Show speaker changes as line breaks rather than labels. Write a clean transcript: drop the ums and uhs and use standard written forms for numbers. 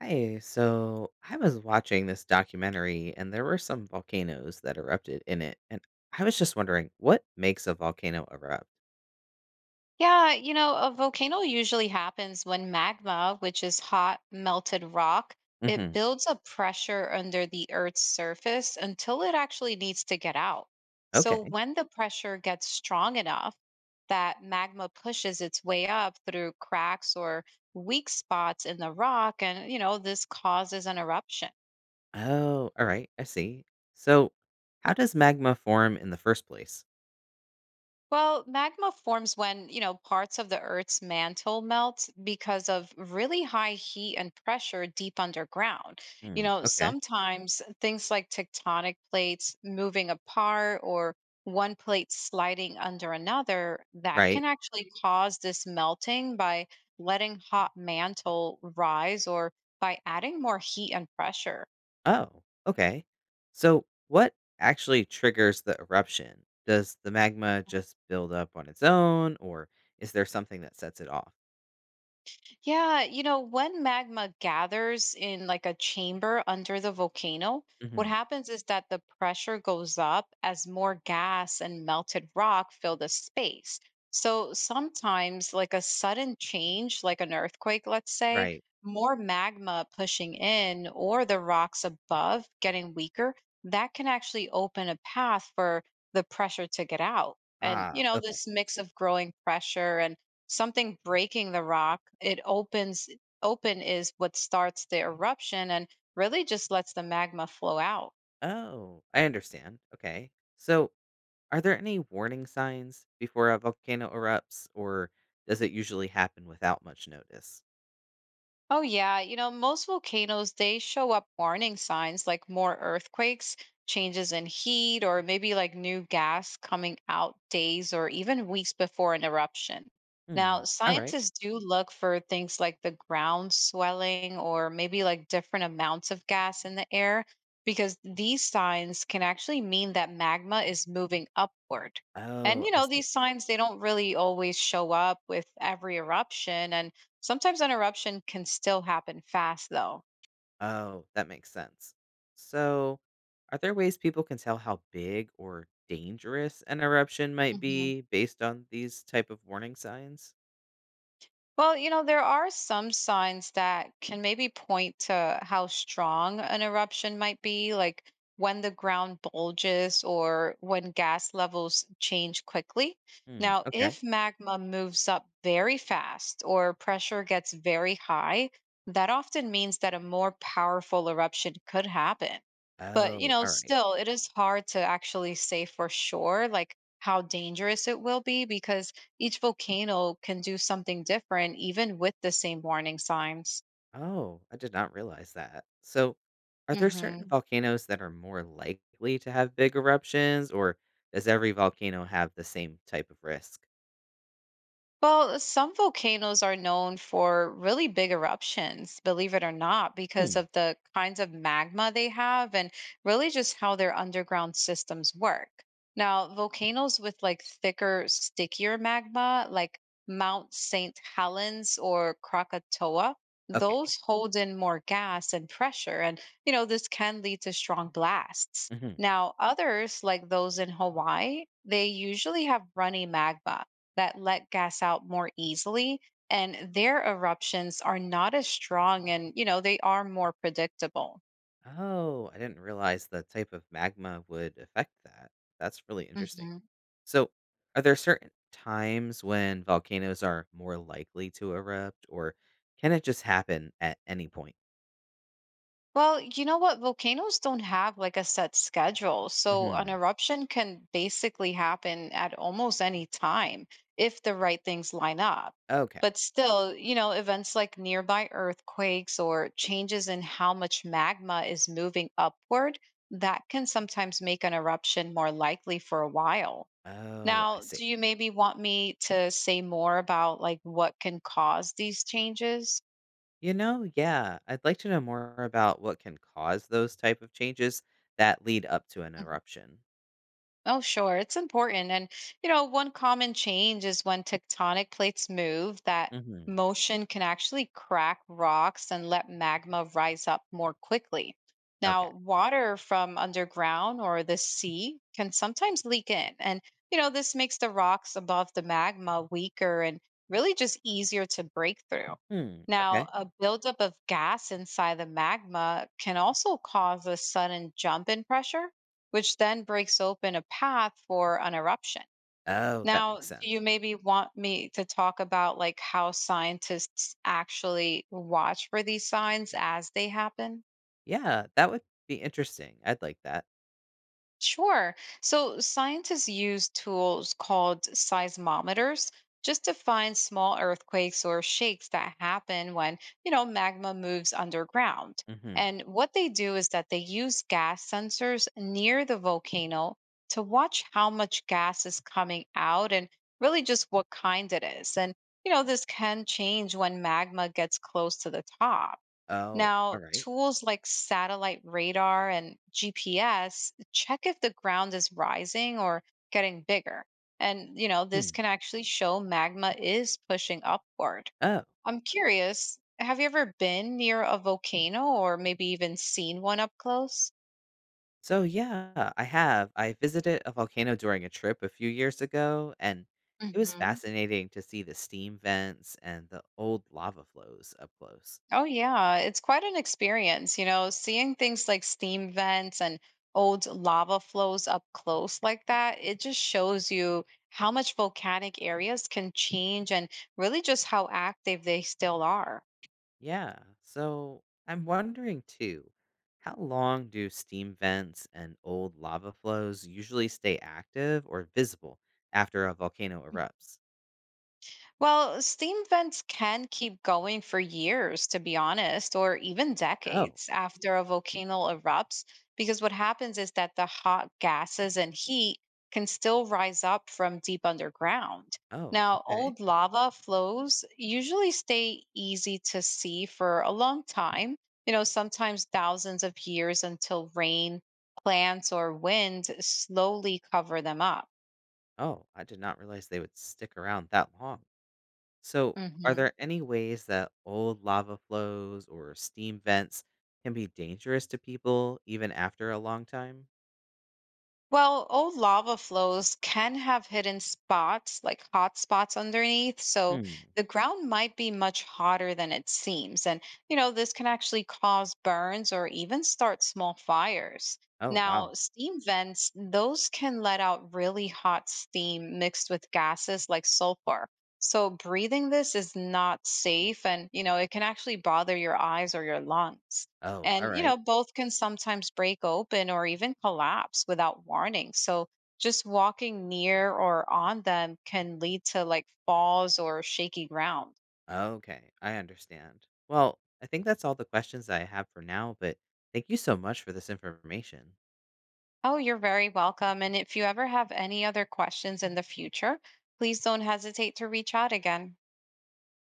Hi, so I was watching this documentary and there were some volcanoes that erupted in it. And I was just wondering, what makes a volcano erupt?
Yeah, a volcano usually happens when magma, which is hot, melted rock, it
Hmm.
builds up pressure under the Earth's surface until it actually needs to get out. So
Okay.
when the pressure gets strong enough that magma pushes its way up through cracks or weak spots in the rock, and this causes an eruption.
Oh, all right. I see. So, how does magma form in the first place?
Well, magma forms when parts of the Earth's mantle melt because of really high heat and pressure deep underground. You
Mm,
know,
okay.
sometimes things like tectonic plates moving apart or one plate sliding under another, that
Right.
can actually cause this melting by letting hot mantle rise or by adding more heat and pressure.
Oh, okay. So, what actually triggers the eruption? Does the magma just build up on its own, or is there something that sets it off?
Yeah, when magma gathers in like a chamber under the volcano, what
Hmm.
happens is that the pressure goes up as more gas and melted rock fill the space. So sometimes, like a sudden change, like an earthquake, let's say,
Right.
more magma pushing in or the rocks above getting weaker, that can actually open a path for the pressure to get out. And
Ah, okay.
this mix of growing pressure and something breaking the rock it opens open is what starts the eruption and really just lets the magma flow out.
Oh, I understand. Okay. So, are there any warning signs before a volcano erupts, or does it usually happen without much notice?
Oh, yeah. Most volcanoes, they show up warning signs like more earthquakes, changes in heat, or maybe like new gas coming out days or even weeks before an eruption.
Hmm.
Now,
All right.
scientists do look for things like the ground swelling or maybe like different amounts of gas in the air because these signs can actually mean that magma is moving upward. And
Oh, I see.
these signs, they don't really always show up with every eruption. And sometimes interruption can still happen fast though.
Oh, that makes sense. So, are there ways people can tell how big or dangerous an eruption might
Mhm.
be based on these type of warning signs?
Well there are some signs that can maybe point to how strong an eruption might be, like when the ground bulges or when gas levels change quickly.
Hmm.
Now,
Okay.
if magma moves up very fast or pressure gets very high, that often means that a more powerful eruption could happen. But
Oh, all right.
still, it is hard to actually say for sure, like how dangerous it will be because each volcano can do something different even with the same warning signs.
Oh, I did not realize that. So, are there certain
Mhm.
volcanoes that are more likely to have big eruptions, or does every volcano have the same type of risk?
Well, some volcanoes are known for really big eruptions, believe it or not, because
Hmm.
of the kinds of magma they have and really just how their underground systems work. Now, volcanoes with like thicker, stickier magma, like Mount St. Helens or Krakatoa,
Okay.
those hold in more gas and pressure. And this can lead to strong blasts.
Hmm.
Now, others, like those in Hawaii, they usually have runny magma that let gas out more easily, and their eruptions are not as strong and they are more predictable.
Oh, I didn't realize the type of magma would affect that. That's really interesting.
hmm
So, are there certain times when volcanoes are more likely to erupt, or can it just happen at any point?
well you know what volcanoes don't have like a set schedule, so an
Hmm.
eruption can basically happen at almost any time if the right things line up.
Okay.
But still, events like nearby earthquakes or changes in how much magma is moving upward, that can sometimes make an eruption more likely for a while.
Oh, I
Now,
see.
do you maybe want me to say more about like what can cause these changes?
Yeah, I'd like to know more about what can cause those type of changes that lead up to an eruption.
Oh, sure. It's important. And one common change is when tectonic plates move, that
Hmm.
motion can actually crack rocks and let magma rise up more quickly.
Okay.
Now, water from underground or the sea can sometimes leak in. And this makes the rocks above the magma weaker and really just easier to break through.
Hmm. Okay.
Now, a buildup of gas inside the magma can also cause a sudden jump in pressure which then breaks open a path for an eruption.
Oh, that
Now,
makes
do you
sense.
maybe want me to talk about like how scientists actually watch for these signs as they happen?
Yeah, that would be interesting. I'd like that.
Sure. So scientists use tools called seismometers just to find small earthquakes or shakes that happen when magma moves underground.
Hmm.
And what they do is that they use gas sensors near the volcano to watch how much gas is coming out and really just what kind it is. And this can change when magma gets close to the top.
Oh, all
Now,
right.
tools like satellite radar and GPS check if the ground is rising or getting bigger. And
Hmm.
this can actually show magma is pushing upward.
Oh,
I'm curious, have you ever been near a volcano or maybe even seen one up close?
so yeah, I have. I visited a volcano during a trip a few years ago, and it was
Hmm.
fascinating to see the steam vents and the old lava flows up close.
Oh yeah, it's quite an experience seeing things like steam vents and old lava flows up close like that. It just shows you how much volcanic areas can change and really just how active they still are.
Yeah. So I'm wondering too, how long do steam vents and old lava flows usually stay active or visible after a volcano erupts?
Well, steam vents can keep going for years, to be honest, or even
Oh,
decades after a volcano erupts, because what happens is that the hot gases and heat can still rise up from deep underground.
oh,
Now,
okay.
old lava flows usually stay easy to see for a long time, sometimes thousands of years until rain, plants, or wind slowly cover them up.
Oh, I did not realize they would stick around that long. So, are
Mm-hmm.
there any ways that old lava flows or steam vents can be dangerous to people even after a long time?
Well, old lava flows can have hidden spots, like hot spots underneath, so
Hmm.
the ground might be much hotter than it seems. And this can actually cause burns or even start small fires.
Oh, wow.
Now, steam vents, those can let out really hot steam mixed with gases like sulfur. So breathing this is not safe, and it can actually bother your eyes or your lungs.
Oh, all
And
right.
both can sometimes break open or even collapse without warning. So just walking near or on them can lead to like falls or shaky ground.
Okay, I understand. Well, I think that's all the questions I have for now, but thank you so much for this information.
Oh, you're very welcome. And if you ever have any other questions in the future, please don't hesitate to reach out again.